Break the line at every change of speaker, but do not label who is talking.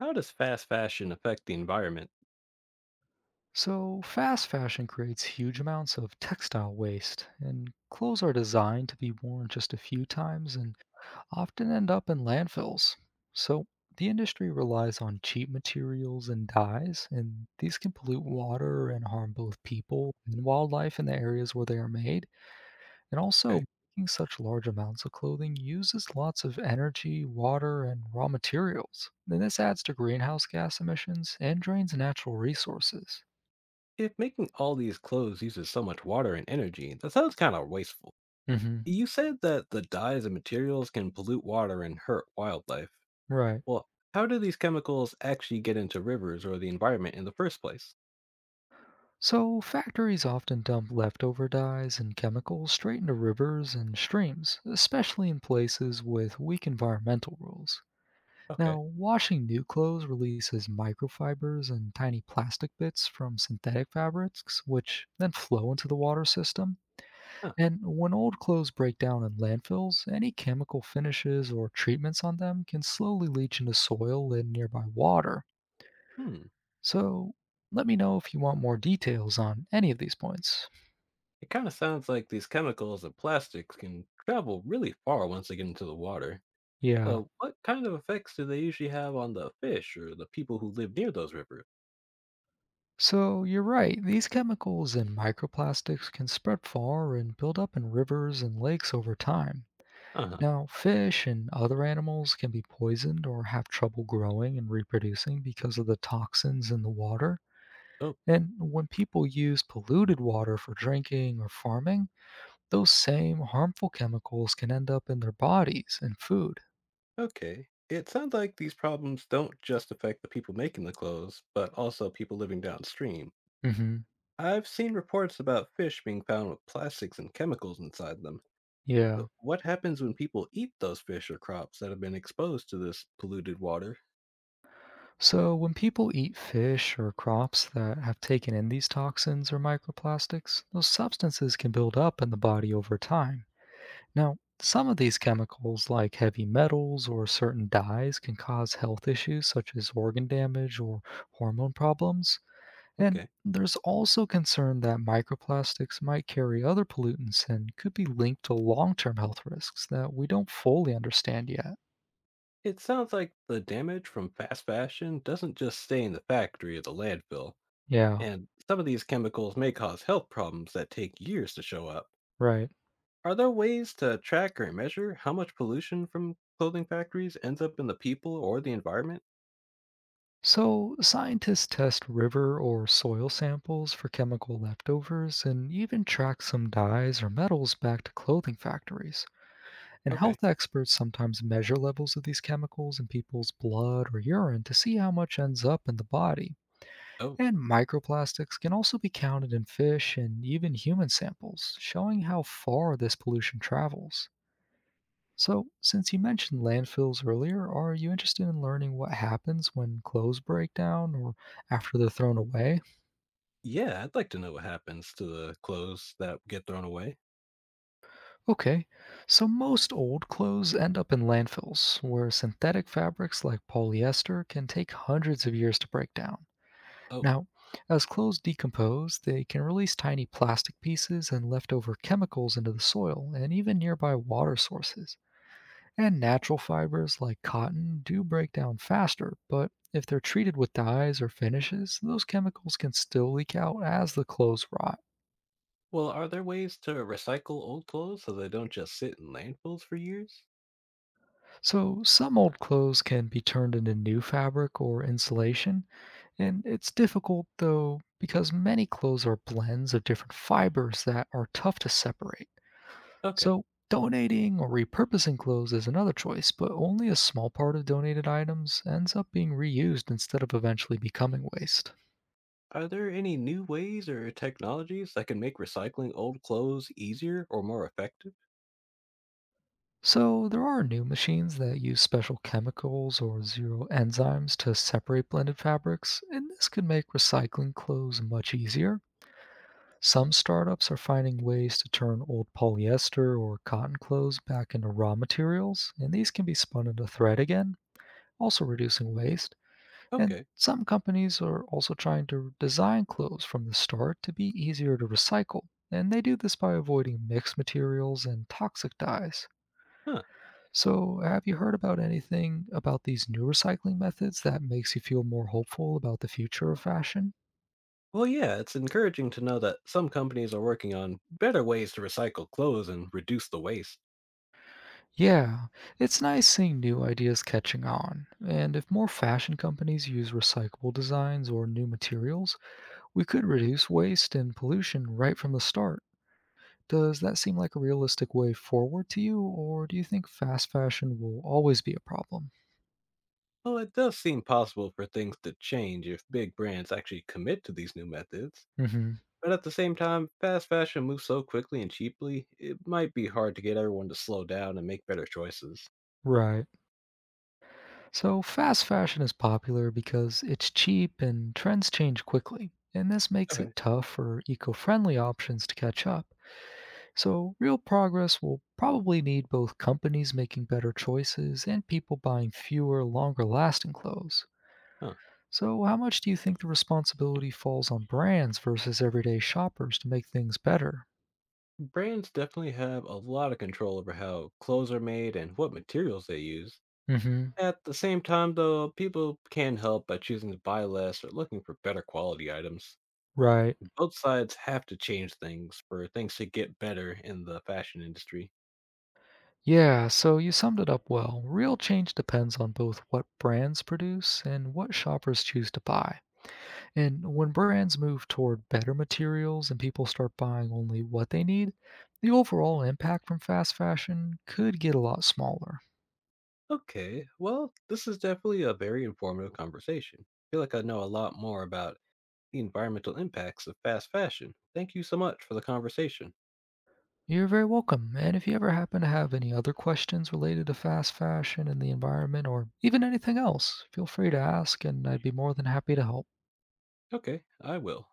How does fast fashion affect the environment?
So, fast fashion creates huge amounts of textile waste, and clothes are designed to be worn just a few times and often end up in landfills. So, the industry relies on cheap materials and dyes, and these can pollute water and harm both people and wildlife in the areas where they are made. And
Okay.
also, making such large amounts of clothing uses lots of energy, water, and raw materials. Then this adds to greenhouse gas emissions and drains natural resources.
If making all these clothes uses so much water and energy, that sounds kind of wasteful.
Mhm.
You said that the dyes and materials can pollute water and hurt wildlife.
Right.
Well, how do these chemicals actually get into rivers or the environment in the first place?
So factories often dump leftover dyes and chemicals straight into rivers and streams, especially in places with weak environmental rules.
Okay.
Now, washing new clothes releases microfibers and tiny plastic bits from synthetic fabrics, which then flow into the water system.
Huh.
And when old clothes break down in landfills, any chemical finishes or treatments on them can slowly leach into soil and nearby water.
Hmm.
So let me know if you want more details on any of these points.
It kind of sounds like these chemicals and plastics can travel really far once they get into the water.
Yeah.
What kind of effects do they usually have on the fish or the people who live near those rivers?
So you're right, these chemicals and microplastics can spread far and build up in rivers and lakes over time.
Uh
Now, fish and other animals can be poisoned or have trouble growing and reproducing because of the toxins in the water.
huh.
And when people use polluted water for drinking or farming, those same harmful chemicals can end up in their bodies and food.
Okay. It sounds like these problems don't just affect the people making the clothes, but also people living downstream.
Hmm.
I've seen reports about fish being found with plastics and chemicals inside them.
Yeah.
What happens when people eat those fish or crops that have been exposed to this polluted water?
So, when people eat fish or crops that have taken in these toxins or microplastics, those substances can build up in the body over time. Now, some of these chemicals, like heavy metals or certain dyes, can cause health issues such as organ damage or hormone problems. And
Okay.
there's also concern that microplastics might carry other pollutants and could be linked to long term health risks that we don't fully understand yet.
It sounds like the damage from fast fashion doesn't just stay in the factory or the landfill,
Yeah,
and some of these chemicals may cause health problems that take years to show up.
right.
Are there ways to track or measure how much pollution from clothing factories ends up in the people or the environment?
So, scientists test river or soil samples for chemical leftovers and even track some dyes or metals back to clothing factories. And
Okay.
health experts sometimes measure levels of these chemicals in people's blood or urine to see how much ends up in the body.
Oh,
And microplastics can also be counted in fish and even human samples, showing how far this pollution travels. So, since you mentioned landfills earlier, are you interested in learning what happens when clothes break down or after they're thrown away?
yeah, I'd like to know what happens to the clothes that get thrown away.
Okay, so most old clothes end up in landfills, where synthetic fabrics like polyester can take hundreds of years to break down.
Oh,
Now, as clothes decompose, they can release tiny plastic pieces and leftover chemicals into the soil and even nearby water sources. And natural fibers like cotton do break down faster, but if they're treated with dyes or finishes, those chemicals can still leak out as the clothes rot.
well, are there ways to recycle old clothes so they don't just sit in landfills for years?
So, some old clothes can be turned into new fabric or insulation, and it's difficult though because many clothes are blends of different fibers that are tough to separate.
Okay.
So, donating or repurposing clothes is another choice, but only a small part of donated items ends up being reused instead of eventually becoming waste.
Are there any new ways or technologies that can make recycling old clothes easier or more effective?
So, there are new machines that use special chemicals or zero enzymes to separate blended fabrics, and this can make recycling clothes much easier. Some startups are finding ways to turn old polyester or cotton clothes back into raw materials, and these can be spun into thread again, also reducing waste. And
Okay.
some companies are also trying to design clothes from the start to be easier to recycle, and they do this by avoiding mixed materials and toxic dyes.
Huh.
So, have you heard about anything about these new recycling methods that makes you feel more hopeful about the future of fashion?
Well, yeah, it's encouraging to know that some companies are working on better ways to recycle clothes and reduce the waste.
Yeah, it's nice seeing new ideas catching on. And if more fashion companies use recyclable designs or new materials, we could reduce waste and pollution right from the start. Does that seem like a realistic way forward to you, or do you think fast fashion will always be a problem?
Well, it does seem possible for things to change if big brands actually commit to these new methods.
Hmm.
But at the same time, fast fashion moves so quickly and cheaply, it might be hard to get everyone to slow down and make better choices.
Right. So, fast fashion is popular because it's cheap and trends change quickly, and this makes it
Okay.
tough for eco friendly options to catch up. So, real progress will probably need both companies making better choices and people buying fewer, longer lasting clothes.
Huh.
So, how much do you think the responsibility falls on brands versus everyday shoppers to make things better?
Brands definitely have a lot of control over how clothes are made and what materials they use.
Hmm.
At the same time, though, people can help by choosing to buy less or looking for better quality items.
Right.
Both sides have to change things for things to get better in the fashion industry.
Yeah, so you summed it up well. Real change depends on both what brands produce and what shoppers choose to buy. And when brands move toward better materials and people start buying only what they need, the overall impact from fast fashion could get a lot smaller.
Okay, well, this is definitely a very informative conversation. I feel like I know a lot more about the environmental impacts of fast fashion. Thank you so much for the conversation.
You're very welcome. And if you ever happen to have any other questions related to fast fashion and the environment or even anything else, feel free to ask and I'd be more than happy to help.
Okay, I will.